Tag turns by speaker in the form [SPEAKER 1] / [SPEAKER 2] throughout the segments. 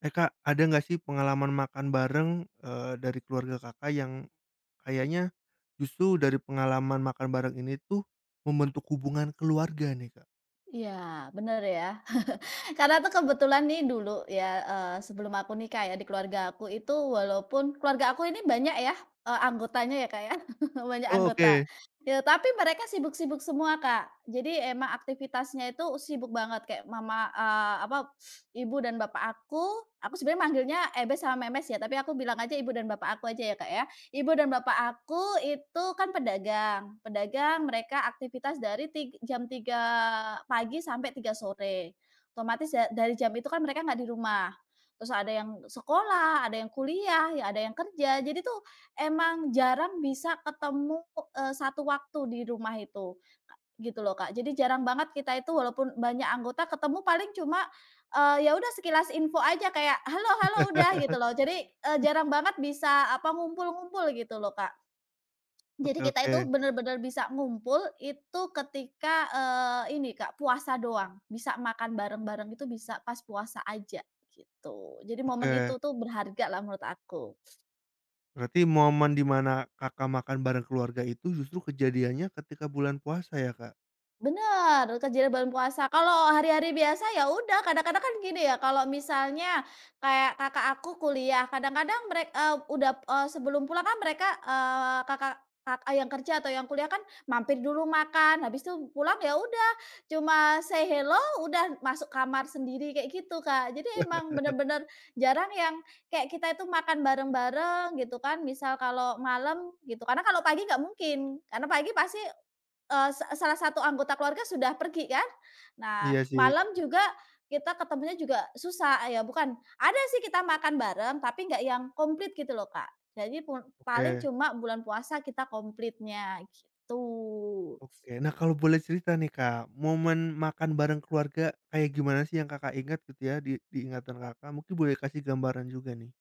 [SPEAKER 1] Eh, Kak, ada nggak sih pengalaman makan bareng, dari keluarga Kakak yang kayaknya justru dari pengalaman makan bareng ini tuh membentuk hubungan keluarga nih, Kak?
[SPEAKER 2] Iya, bener ya. Karena tuh kebetulan nih dulu ya, sebelum aku nikah ya, di keluarga aku itu walaupun keluarga aku ini banyak ya, anggotanya ya, Kak, ya, banyak
[SPEAKER 1] Oh,
[SPEAKER 2] anggota.
[SPEAKER 1] oke.
[SPEAKER 2] Ya, tapi mereka sibuk-sibuk semua, Kak. Jadi emang aktivitasnya itu sibuk banget kayak mama apa, ibu dan bapak aku sebenarnya manggilnya Ebes sama Memes ya, tapi aku bilang aja ibu dan bapak aku aja ya, Kak, ya. Ibu dan bapak aku itu kan pedagang. Pedagang mereka aktivitas dari jam 3 pagi sampai 3 sore. Otomatis dari jam itu kan mereka nggak di rumah. Terus ada yang sekolah, ada yang kuliah, ya ada yang kerja. Jadi tuh emang jarang bisa ketemu, satu waktu di rumah itu. Gitu loh, Kak. Jadi jarang banget kita itu walaupun banyak anggota ketemu paling cuma, ya udah sekilas info aja kayak, "Halo halo," udah gitu loh. Jadi, jarang banget bisa apa, ngumpul-ngumpul gitu loh, Kak.
[SPEAKER 1] Oke,
[SPEAKER 2] Jadi kita
[SPEAKER 1] oke,
[SPEAKER 2] itu bener-bener bisa ngumpul itu ketika, ini Kak, puasa doang. Bisa makan bareng-bareng itu bisa pas puasa aja, gitu. Jadi momen
[SPEAKER 1] oke.
[SPEAKER 2] itu tuh berharga lah menurut aku.
[SPEAKER 1] Berarti momen dimana Kakak makan bareng keluarga itu justru kejadiannya ketika bulan puasa ya, Kak?
[SPEAKER 2] Bener, kerja di bulan puasa. Kalau hari-hari biasa ya udah, kadang-kadang kan gini ya, kalau misalnya kayak kakak aku kuliah, kadang-kadang mereka udah, sebelum pulang kan mereka, kak yang kerja atau yang kuliah kan mampir dulu makan, habis itu pulang ya udah cuma say hello, udah masuk kamar sendiri kayak gitu, Kak. Jadi emang bener-bener jarang yang kayak kita itu makan bareng-bareng gitu kan, misal kalau malam gitu, karena kalau pagi nggak mungkin, karena pagi pasti Eee, sa salah satu anggota keluarga sudah pergi kan. Nah,
[SPEAKER 1] Iya sih.
[SPEAKER 2] malam juga kita ketemunya juga susah, ya bukan, ada sih kita makan bareng, tapi nggak yang komplit gitu loh, Kak. Jadi pun paling
[SPEAKER 1] Oke,
[SPEAKER 2] cuma bulan puasa kita komplitnya, gitu.
[SPEAKER 1] oke. Nah, kalau boleh cerita nih, Kak, momen makan bareng keluarga kayak gimana sih yang Kakak ingat gitu ya di ingatan Kakak? Mungkin boleh kasih gambaran juga nih.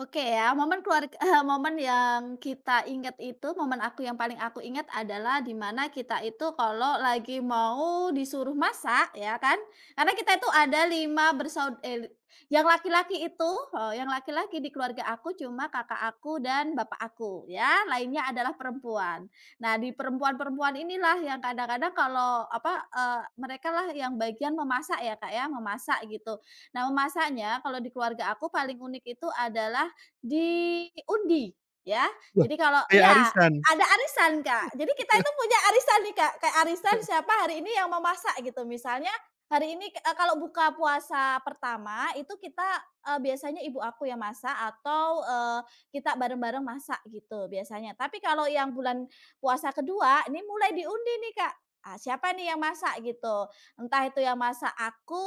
[SPEAKER 2] Oke ya, momen keluarg momen yang kita ingat itu, momen aku yang paling aku ingat adalah di mana kita itu kalau lagi mau disuruh masak ya kan, karena kita itu ada yang laki-laki itu, yang laki-laki di keluarga aku cuma kakak aku dan bapak aku ya, lainnya adalah perempuan. Nah, di perempuan-perempuan inilah yang kadang-kadang kalau mereka lah yang bagian memasak ya, Kak, ya, memasak gitu. Nah, memasaknya kalau di keluarga aku paling unik itu adalah diundi ya.
[SPEAKER 1] Wah,
[SPEAKER 2] Jadi kalau
[SPEAKER 1] kayak
[SPEAKER 2] ya,
[SPEAKER 1] arisan?
[SPEAKER 2] ada arisan, Kak. Jadi kita itu punya arisan nih, Kak. Kayak arisan siapa hari ini yang memasak gitu. Misalnya hari ini, kalau buka puasa pertama itu kita, biasanya ibu aku yang masak atau, kita bareng-bareng masak gitu biasanya. Tapi kalau yang bulan puasa kedua ini mulai diundi nih, Kak. Ah, siapa nih yang masak gitu. Entah itu yang masak aku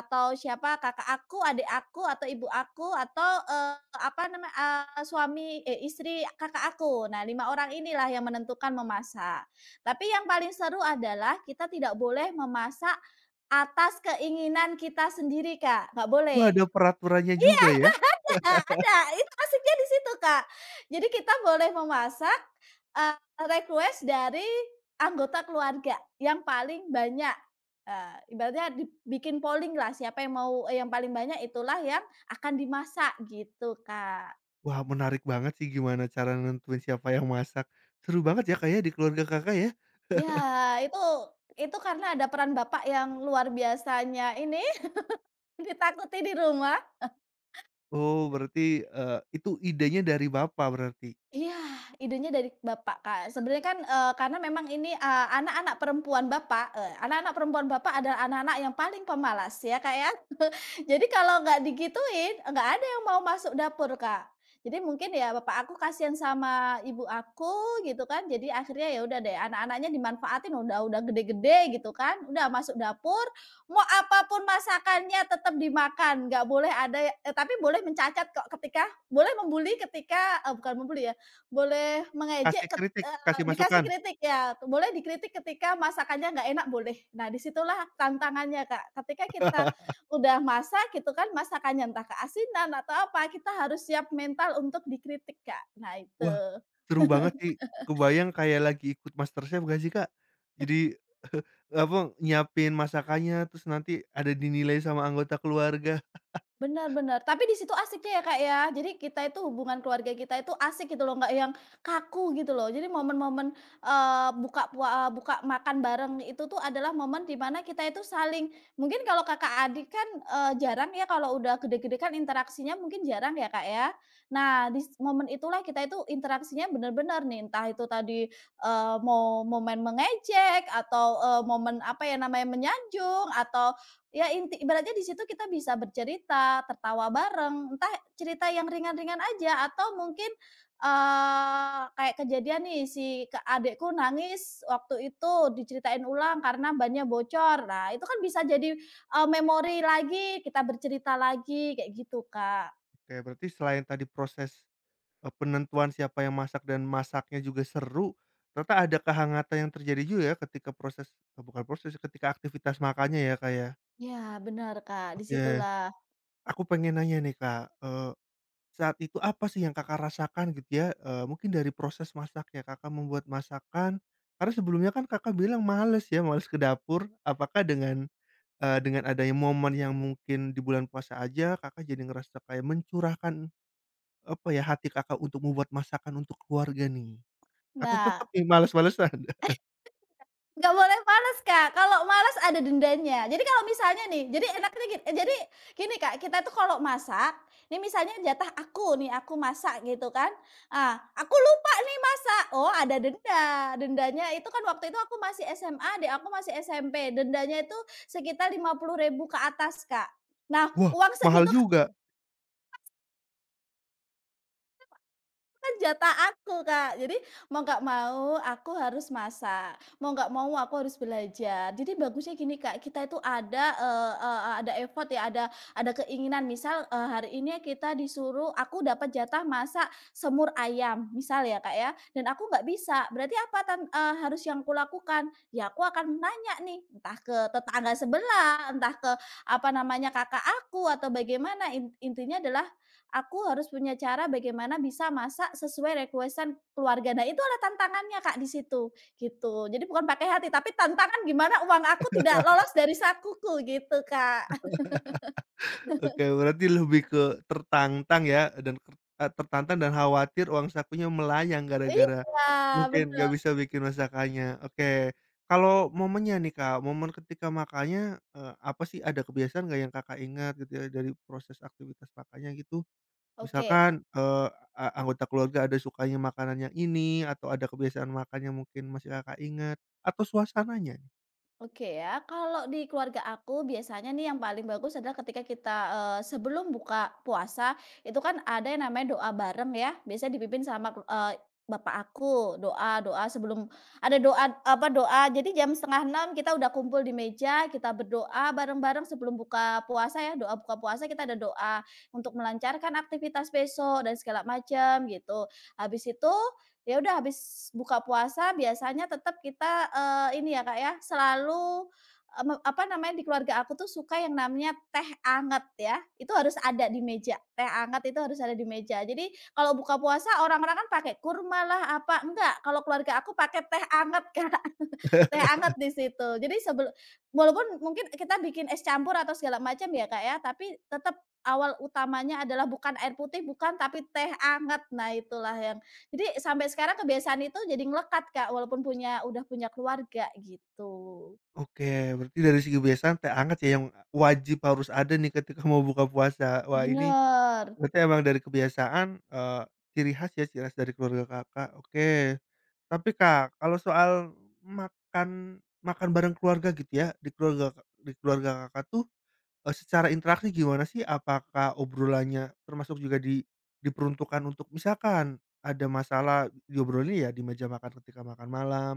[SPEAKER 2] atau siapa, kakak aku, adik aku, atau ibu aku, atau, eee, apa namanya eee, istri kakak aku. Nah, 5 orang inilah yang menentukan memasak. Tapi yang paling seru adalah kita tidak boleh memasak atas keinginan kita sendiri, Kak, nggak
[SPEAKER 1] Wah,
[SPEAKER 2] boleh.
[SPEAKER 1] ada peraturannya juga ya?
[SPEAKER 2] Nah, ada, itu asiknya di situ, Kak. Jadi kita boleh memasak, request dari anggota keluarga yang paling banyak, ibaratnya dibikin polling lah siapa yang yang paling banyak itulah yang akan dimasak gitu, Kak.
[SPEAKER 1] Wah, menarik banget sih gimana cara nentuin siapa yang masak. Seru banget ya kayaknya di keluarga Kakak ya?
[SPEAKER 2] Ya, itu karena ada peran bapak yang luar biasanya ini ditakuti di rumah.
[SPEAKER 1] Oh, berarti, itu idenya dari bapak berarti?
[SPEAKER 2] Iya, idenya dari bapak, Kak. Sebenarnya kan, karena memang ini, anak-anak perempuan bapak adalah anak-anak yang paling pemalas ya, Kak, ya. Jadi kalau nggak digituin, nggak ada yang mau masuk dapur, Kak. Jadi mungkin ya bapak aku kasihan sama ibu aku gitu kan, jadi akhirnya ya udah deh anak-anaknya dimanfaatin udah gede-gede gitu kan, udah masuk dapur, mau apapun masakannya tetap dimakan, nggak boleh ada tapi boleh mencacat kok ketika boleh membuli ketika bukan membuli ya, boleh
[SPEAKER 1] Kasih
[SPEAKER 2] mengejek
[SPEAKER 1] kritik, kasih
[SPEAKER 2] dikasih
[SPEAKER 1] masukan?
[SPEAKER 2] kritik ya, boleh dikritik ketika masakannya nggak enak boleh. Nah, disitulah tantangannya Kak, ketika kita udah masak gitu kan, masakannya entah keasinan atau apa, kita harus siap mental untuk dikritik Kak, nah
[SPEAKER 1] Wah,
[SPEAKER 2] itu.
[SPEAKER 1] seru banget sih. Kebayang kayak lagi ikut MasterChef gak sih, Kak? Jadi, apa, nyiapin masakannya, terus nanti ada dinilai sama anggota keluarga.
[SPEAKER 2] Benar-benar. Tapi di situ asiknya ya Kak ya, jadi kita itu hubungan keluarga kita itu asik gitu loh, nggak yang kaku gitu loh. Jadi momen-momen, eee, buka pua eee, buka makan bareng itu tuh adalah momen di mana kita itu saling mungkin kalau kakak adik kan, jarang ya kalau udah gede-gede kan interaksinya mungkin jarang ya Kak ya. Nah, di momen itulah kita itu interaksinya benar-benar nih, entah itu tadi, mau momen mengejek atau, momen apa ya namanya, menyanjung atau ya inti ibaratnya di situ kita bisa bercerita, tertawa bareng, entah cerita yang ringan-ringan aja atau mungkin, kayak kejadian nih si adikku nangis waktu itu diceritain ulang karena bannya bocor. Nah itu kan bisa jadi, memori lagi, kita bercerita lagi kayak gitu, Kak.
[SPEAKER 1] Oke, berarti selain tadi proses penentuan siapa yang masak dan masaknya juga seru, ternyata ada kehangatan yang terjadi juga ya ketika proses eee, bukan proses, ketika aktivitas makannya ya, Kak, ya.
[SPEAKER 2] Ya bener, Kak, di
[SPEAKER 1] Oke,
[SPEAKER 2] situlah.
[SPEAKER 1] aku pengen nanya nih, Kak, saat itu apa sih yang Kakak rasakan gitu ya, mungkin dari proses masaknya Kakak membuat masakan, karena sebelumnya kan Kakak bilang males ya, males ke dapur. Apakah dengan, dengan adanya momen yang mungkin di bulan puasa aja Kakak jadi ngerasa kayak mencurahkan, apa ya, hati Kakak untuk membuat masakan untuk keluarga nih? Atau
[SPEAKER 2] Nah,
[SPEAKER 1] tetep nih males-malesan?
[SPEAKER 2] nggak boleh males, Kak, kalau males ada dendanya. Jadi kalau misalnya nih, jadi enaknya gini jadi gini, Kak, kita tuh kalau masak, nih misalnya jatah aku nih, aku masak gitu kan, ah, aku lupa nih masak, oh ada denda. Dendanya itu kan waktu itu aku masih SMA, deh aku masih SMP, dendanya itu sekitar 50.000 ke atas, Kak. Nah,
[SPEAKER 1] Wah,
[SPEAKER 2] uang
[SPEAKER 1] mahal
[SPEAKER 2] segitu
[SPEAKER 1] juga.
[SPEAKER 2] kan jatah aku, Kak. Jadi mau nggak mau aku harus masak, mau nggak mau aku harus belajar. Jadi bagusnya gini, Kak, kita itu ada, eee eee, ada effort ya, ada keinginan. Misal, hari ini kita disuruh aku dapat jatah masak semur ayam, misal ya, Kak, ya, dan aku nggak bisa. Berarti harus yang kulakukan? Ya aku akan nanya nih, entah ke tetangga sebelah, entah ke apa namanya, kakak aku atau bagaimana. Intinya adalah aku harus punya cara bagaimana bisa masak sesuai requestan keluarga. Nah, itu adalah tantangannya, Kak, di situ, gitu. Jadi bukan pakai hati, tapi tantangan gimana uang aku tidak lolos dari sakuku gitu, Kak.
[SPEAKER 1] Oke, berarti lebih ke tertantang ya, tertantang dan khawatir uang sakunya melayang gara-gara
[SPEAKER 2] Iya,
[SPEAKER 1] mungkin
[SPEAKER 2] benar.
[SPEAKER 1] nggak bisa bikin masakannya. Oke, kalau momennya nih, Kak, momen ketika makannya, apa sih, ada kebiasaan nggak yang Kakak ingat gitu ya dari proses aktivitas Kakaknya gitu?
[SPEAKER 2] Oke.
[SPEAKER 1] Misalkan, anggota keluarga ada sukanya makanan yang ini, atau ada kebiasaan makan yang mungkin masih Kakak ingat, atau suasananya?
[SPEAKER 2] Oke ya, kalau di keluarga aku biasanya nih yang paling bagus adalah ketika kita, sebelum buka puasa, itu kan ada yang namanya doa bareng ya, biasanya dipimpin sama, bapak aku, doa-doa sebelum ada doa apa, doa jadi jam setengah enam kita udah kumpul di meja, kita berdoa bareng-bareng sebelum buka puasa ya, doa buka puasa kita ada doa untuk melancarkan aktivitas besok dan segala macam gitu. Habis itu ya udah habis buka puasa biasanya tetap kita, ini ya, Kak, ya, selalu, eee, me apa namanya, di keluarga aku tuh suka yang namanya teh anget ya, itu harus ada di meja, teh anget itu harus ada di meja. Jadi kalau buka puasa orang-orang kan pakai kurma lah apa, enggak, kalau keluarga aku pakai teh anget, Kak, teh anget di situ. Jadi sebelum walaupun mungkin kita bikin es campur atau segala macam ya, Kak, ya, tapi tetap awal utamanya adalah bukan air putih, bukan, tapi teh anget. Nah, itulah yang jadi sampai sekarang kebiasaan itu jadi ngelekat, Kak, walaupun udah punya keluarga gitu.
[SPEAKER 1] Oke, berarti dari segi kebiasaan teh anget ya yang wajib harus ada nih ketika mau buka puasa. Wah, ini
[SPEAKER 2] Bener.
[SPEAKER 1] berarti emang dari kebiasaan, ciri khas ya, ciri khas dari keluarga Kakak, oke. Tapi Kak, kalau soal makan makan bareng keluarga gitu ya, di keluarga Kakak tuh, secara interaksi gimana sih? Apakah obrolannya termasuk juga diperuntukkan untuk misalkan ada masalah diobrolin ya di meja makan ketika makan malam,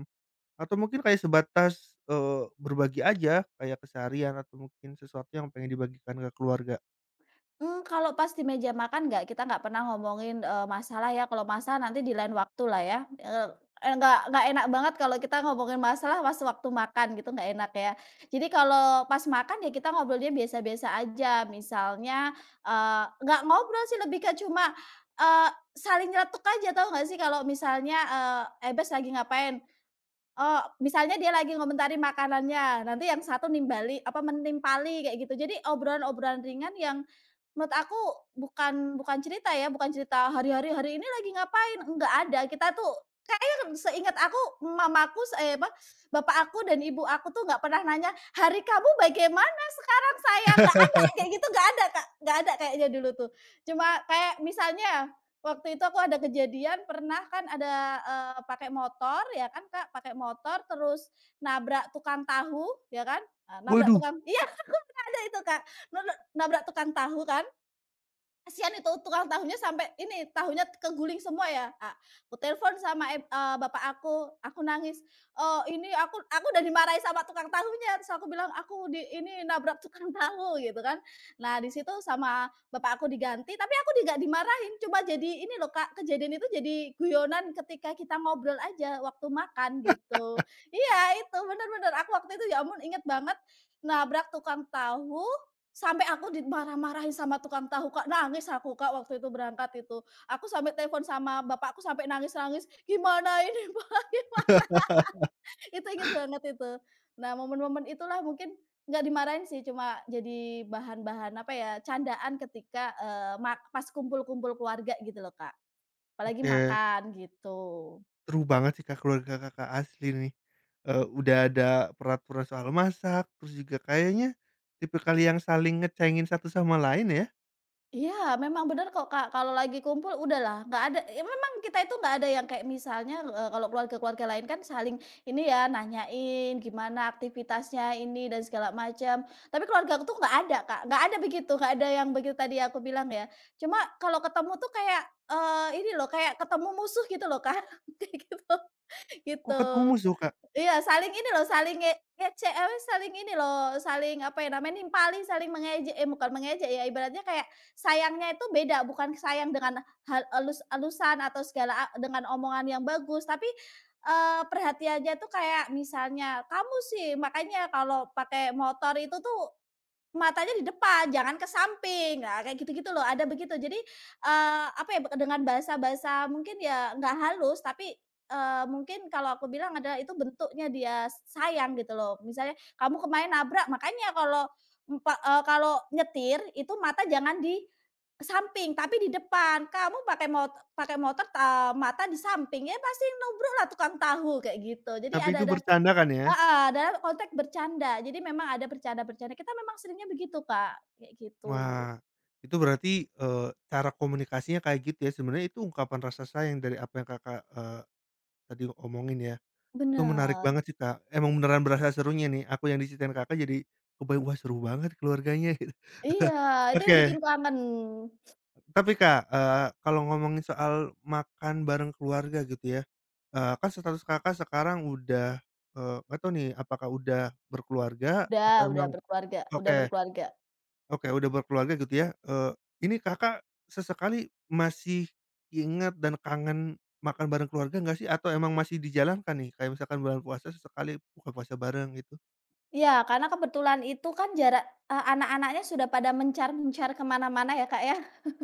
[SPEAKER 1] atau mungkin kayak sebatas, berbagi aja, kayak keseharian atau mungkin sesuatu yang pengen dibagikan ke keluarga.
[SPEAKER 2] Mmm, kalau pas di meja makan nggak kita nggak pernah ngomongin, masalah ya, kalau masalah nanti di lain waktu lah ya, eee, eee, nggak enak banget kalau kita ngomongin masalah pas waktu makan gitu, nggak enak ya. Jadi kalau pas makan ya kita ngobrolnya biasa-biasa aja, misalnya, nggak ngobrol sih lebih ke cuma, eee, saling nyeletuk aja, tahu nggak sih kalau misalnya, "Eh, Bes lagi ngapain?" Misalnya dia lagi ngomentarin makanannya, nanti yang satu nimbali apa, menimpali kayak gitu. Jadi obrolan-obrolan ringan yang menurut aku bukan bukan cerita ya, bukan cerita hari-hari, "Hari ini lagi ngapain?" Enggak ada. Kita tuh kayaknya seingat aku mamaku s eh, apa, bapak aku dan ibu aku tuh nggak pernah nanya, "Hari kamu bagaimana sekarang?" Saya nggak ada, kayak gitu, nggak ada, Kak, nggak ada kayaknya dulu tuh. Cuma kayak misalnya waktu itu aku ada kejadian pernah kan ada, pakai motor ya kan, Kak, pakai motor terus nabrak tukang tahu ya kan, nabrak
[SPEAKER 1] Waduh,
[SPEAKER 2] tukang iya ada itu, Kak, nabrak nabrak tukang tahu kan, kasihan itu tukang tahunya sampai ini, tahunya keguling semua ya, aku telepon sama bapak aku nangis, oh "Ini aku udah dimarahi sama tukang tahunya," terus aku bilang, "Aku ini nabrak tukang tahu," gitu kan. Nah, di situ sama bapak aku diganti, tapi aku nggak dimarahin, cuma jadi ini loh, Kak, kejadian itu jadi guyonan ketika kita ngobrol aja waktu makan gitu. Iya, itu, bener bener, aku waktu itu ya ampun inget banget, nabrak tukang tahu, sampai aku dimarah-marahin sama tukang tahu, Kak, nangis aku, Kak, waktu itu berangkat itu. Aku sampai telepon sama bapakku sampai nangis-nangis, "Gimana ini, Pak, gimana?" Itu inget banget itu. Nah, momen-momen itulah mungkin nggak dimarahin sih, cuma jadi bahan-bahan, apa ya, candaan ketika, eee, mak pas kumpul-kumpul keluarga gitu loh, Kak. Apalagi
[SPEAKER 1] oke,
[SPEAKER 2] makan, gitu.
[SPEAKER 1] seru banget sih, Kak, keluarga Kakak asli nih, udah ada peraturan soal masak, terus juga kayaknya tipe kali yang saling ngecengin satu sama lain ya?
[SPEAKER 2] Iya, memang benar kok, Kak. Kalau lagi kumpul udahlah, nggak ada ya memang kita itu nggak ada yang kayak misalnya, kalau keluarga-keluarga lain kan saling ini ya, nanyain gimana aktivitasnya ini dan segala macam. Tapi keluarga aku tuh nggak ada, Kak, nggak ada begitu, nggak ada yang begitu tadi aku bilang ya. Cuma kalau ketemu tuh kayak, ini loh, kayak ketemu musuh gitu loh, Kak, kayak gitu,
[SPEAKER 1] Kok
[SPEAKER 2] gitu.
[SPEAKER 1] ketemu musuh, Kak?
[SPEAKER 2] Iya, saling ini loh, saling ngece apa, saling ini loh, saling apa ya namanya, nimpali, saling bukan mengejek ya, ibaratnya kayak sayangnya itu beda, bukan sayang dengan hal elus-elusan atau segala a dengan omongan yang bagus, tapi, perhatiannya tuh kayak misalnya, "Kamu sih, makanya kalau pakai motor itu tuh matanya di depan, jangan ke samping," nah kayak gitu-gitu loh, ada begitu. Jadi, apa ya, dengan bahasa-bahasa mungkin ya nggak halus, tapi, mungkin kalau aku bilang adalah itu bentuknya dia sayang gitu loh. Misalnya, "Kamu kemarin nabrak, makanya kalau kalau nyetir itu mata jangan di samping, tapi di depan. Kamu pakai motor, mata di samping, ya pasti nubruk lah tukang tahu," kayak gitu. Jadi
[SPEAKER 1] Tapi
[SPEAKER 2] ada
[SPEAKER 1] itu
[SPEAKER 2] ada
[SPEAKER 1] bercanda kan ya?
[SPEAKER 2] Heeh, dalam konteks bercanda. Jadi memang ada bercanda-bercanda, kita memang seringnya begitu, Kak, kayak gitu.
[SPEAKER 1] Wah, itu berarti, cara komunikasinya kayak gitu ya, sebenarnya itu ungkapan rasa sayang dari apa yang Kakak, tadi omongin ya? Itu menarik
[SPEAKER 2] Bener.
[SPEAKER 1] banget sih, Kak. Emang beneran berasa serunya nih, aku yang diceritain Kakak jadi kebayang, "Wah, seru banget keluarganya," gitu.
[SPEAKER 2] Iya, itu yang bikin
[SPEAKER 1] Oke,
[SPEAKER 2] kangen.
[SPEAKER 1] tapi Kak, kalau ngomongin soal makan bareng keluarga gitu ya, kan status Kakak sekarang udah, nggak tahu nih apakah udah berkeluarga
[SPEAKER 2] Udah
[SPEAKER 1] atau
[SPEAKER 2] udah
[SPEAKER 1] emang
[SPEAKER 2] berkeluarga, udah
[SPEAKER 1] oke,
[SPEAKER 2] berkeluarga.
[SPEAKER 1] oke, udah berkeluarga gitu ya, ini Kakak sesekali masih ingat dan kangen makan bareng keluarga nggak sih? Atau emang masih dijalankan nih? Kayak misalkan bulan puasa sesekali buka puasa bareng gitu?
[SPEAKER 2] Iya, karena kebetulan itu kan jarak anak-anaknya sudah pada mencar-mencar kemana mana ya, Kak, ya.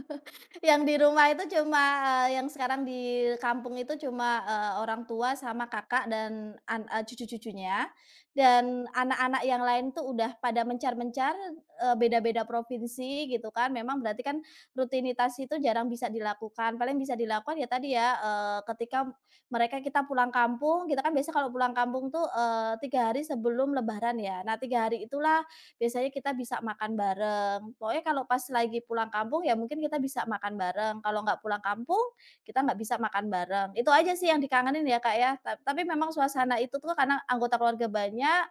[SPEAKER 2] Yang di rumah itu cuma, yang sekarang di kampung itu cuma, orang tua sama kakak dan cucu-cucunya, dan anak-anak yang lain tuh udah pada mencar-mencar, beda-beda provinsi gitu kan. Memang berarti kan rutinitas itu jarang bisa dilakukan, paling bisa dilakukan ya tadi ya, ketika kita pulang kampung, kita kan biasanya kalau pulang kampung tuh, 3 hari sebelum lebaran ya. Nah, 3 hari itulah biasanya kita bisa makan bareng. Pokoknya kalau pas lagi pulang kampung ya mungkin kita bisa makan bareng, kalau nggak pulang kampung, kita nggak bisa makan bareng. Itu aja sih yang dikangenin ya, Kak, ya. Tapi memang suasana itu tuh karena anggota keluarga banyak,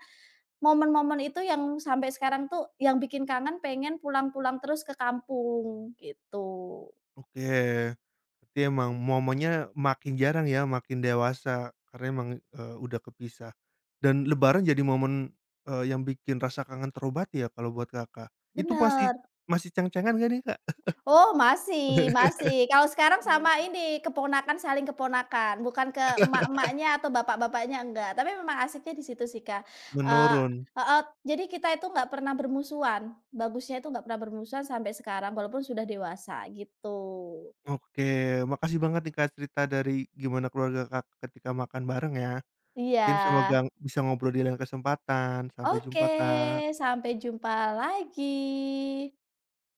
[SPEAKER 2] momen-momen itu yang sampai sekarang tuh yang bikin kangen pengen pulang-pulang terus ke kampung, gitu.
[SPEAKER 1] Oke, berarti emang momennya makin jarang ya, makin dewasa karena emang, udah kepisah dan lebaran jadi momen, yang bikin rasa kangen terobati ya kalau buat Kakak? Itu pasti
[SPEAKER 2] Bener.
[SPEAKER 1] masih ceng-cengan nggak nih, Kak?
[SPEAKER 2] Oh, masih, masih. Kalau sekarang sama ini, keponakan saling keponakan, bukan ke emak-emaknya atau bapak-bapaknya, enggak. Tapi memang asiknya di situ sih, Kak. Eee
[SPEAKER 1] Menurun.
[SPEAKER 2] heeh, jadi kita itu nggak pernah bermusuhan, bagusnya itu nggak pernah bermusuhan sampai sekarang walaupun sudah dewasa, gitu.
[SPEAKER 1] Oke, makasih banget nih, Kak, cerita dari gimana keluarga Kak ketika makan bareng ya.
[SPEAKER 2] Iya.
[SPEAKER 1] Mungkin semoga bisa ngobrol di lain kesempatan. Sampai
[SPEAKER 2] Oke,
[SPEAKER 1] jumpa, Kak.
[SPEAKER 2] sampai jumpa lagi.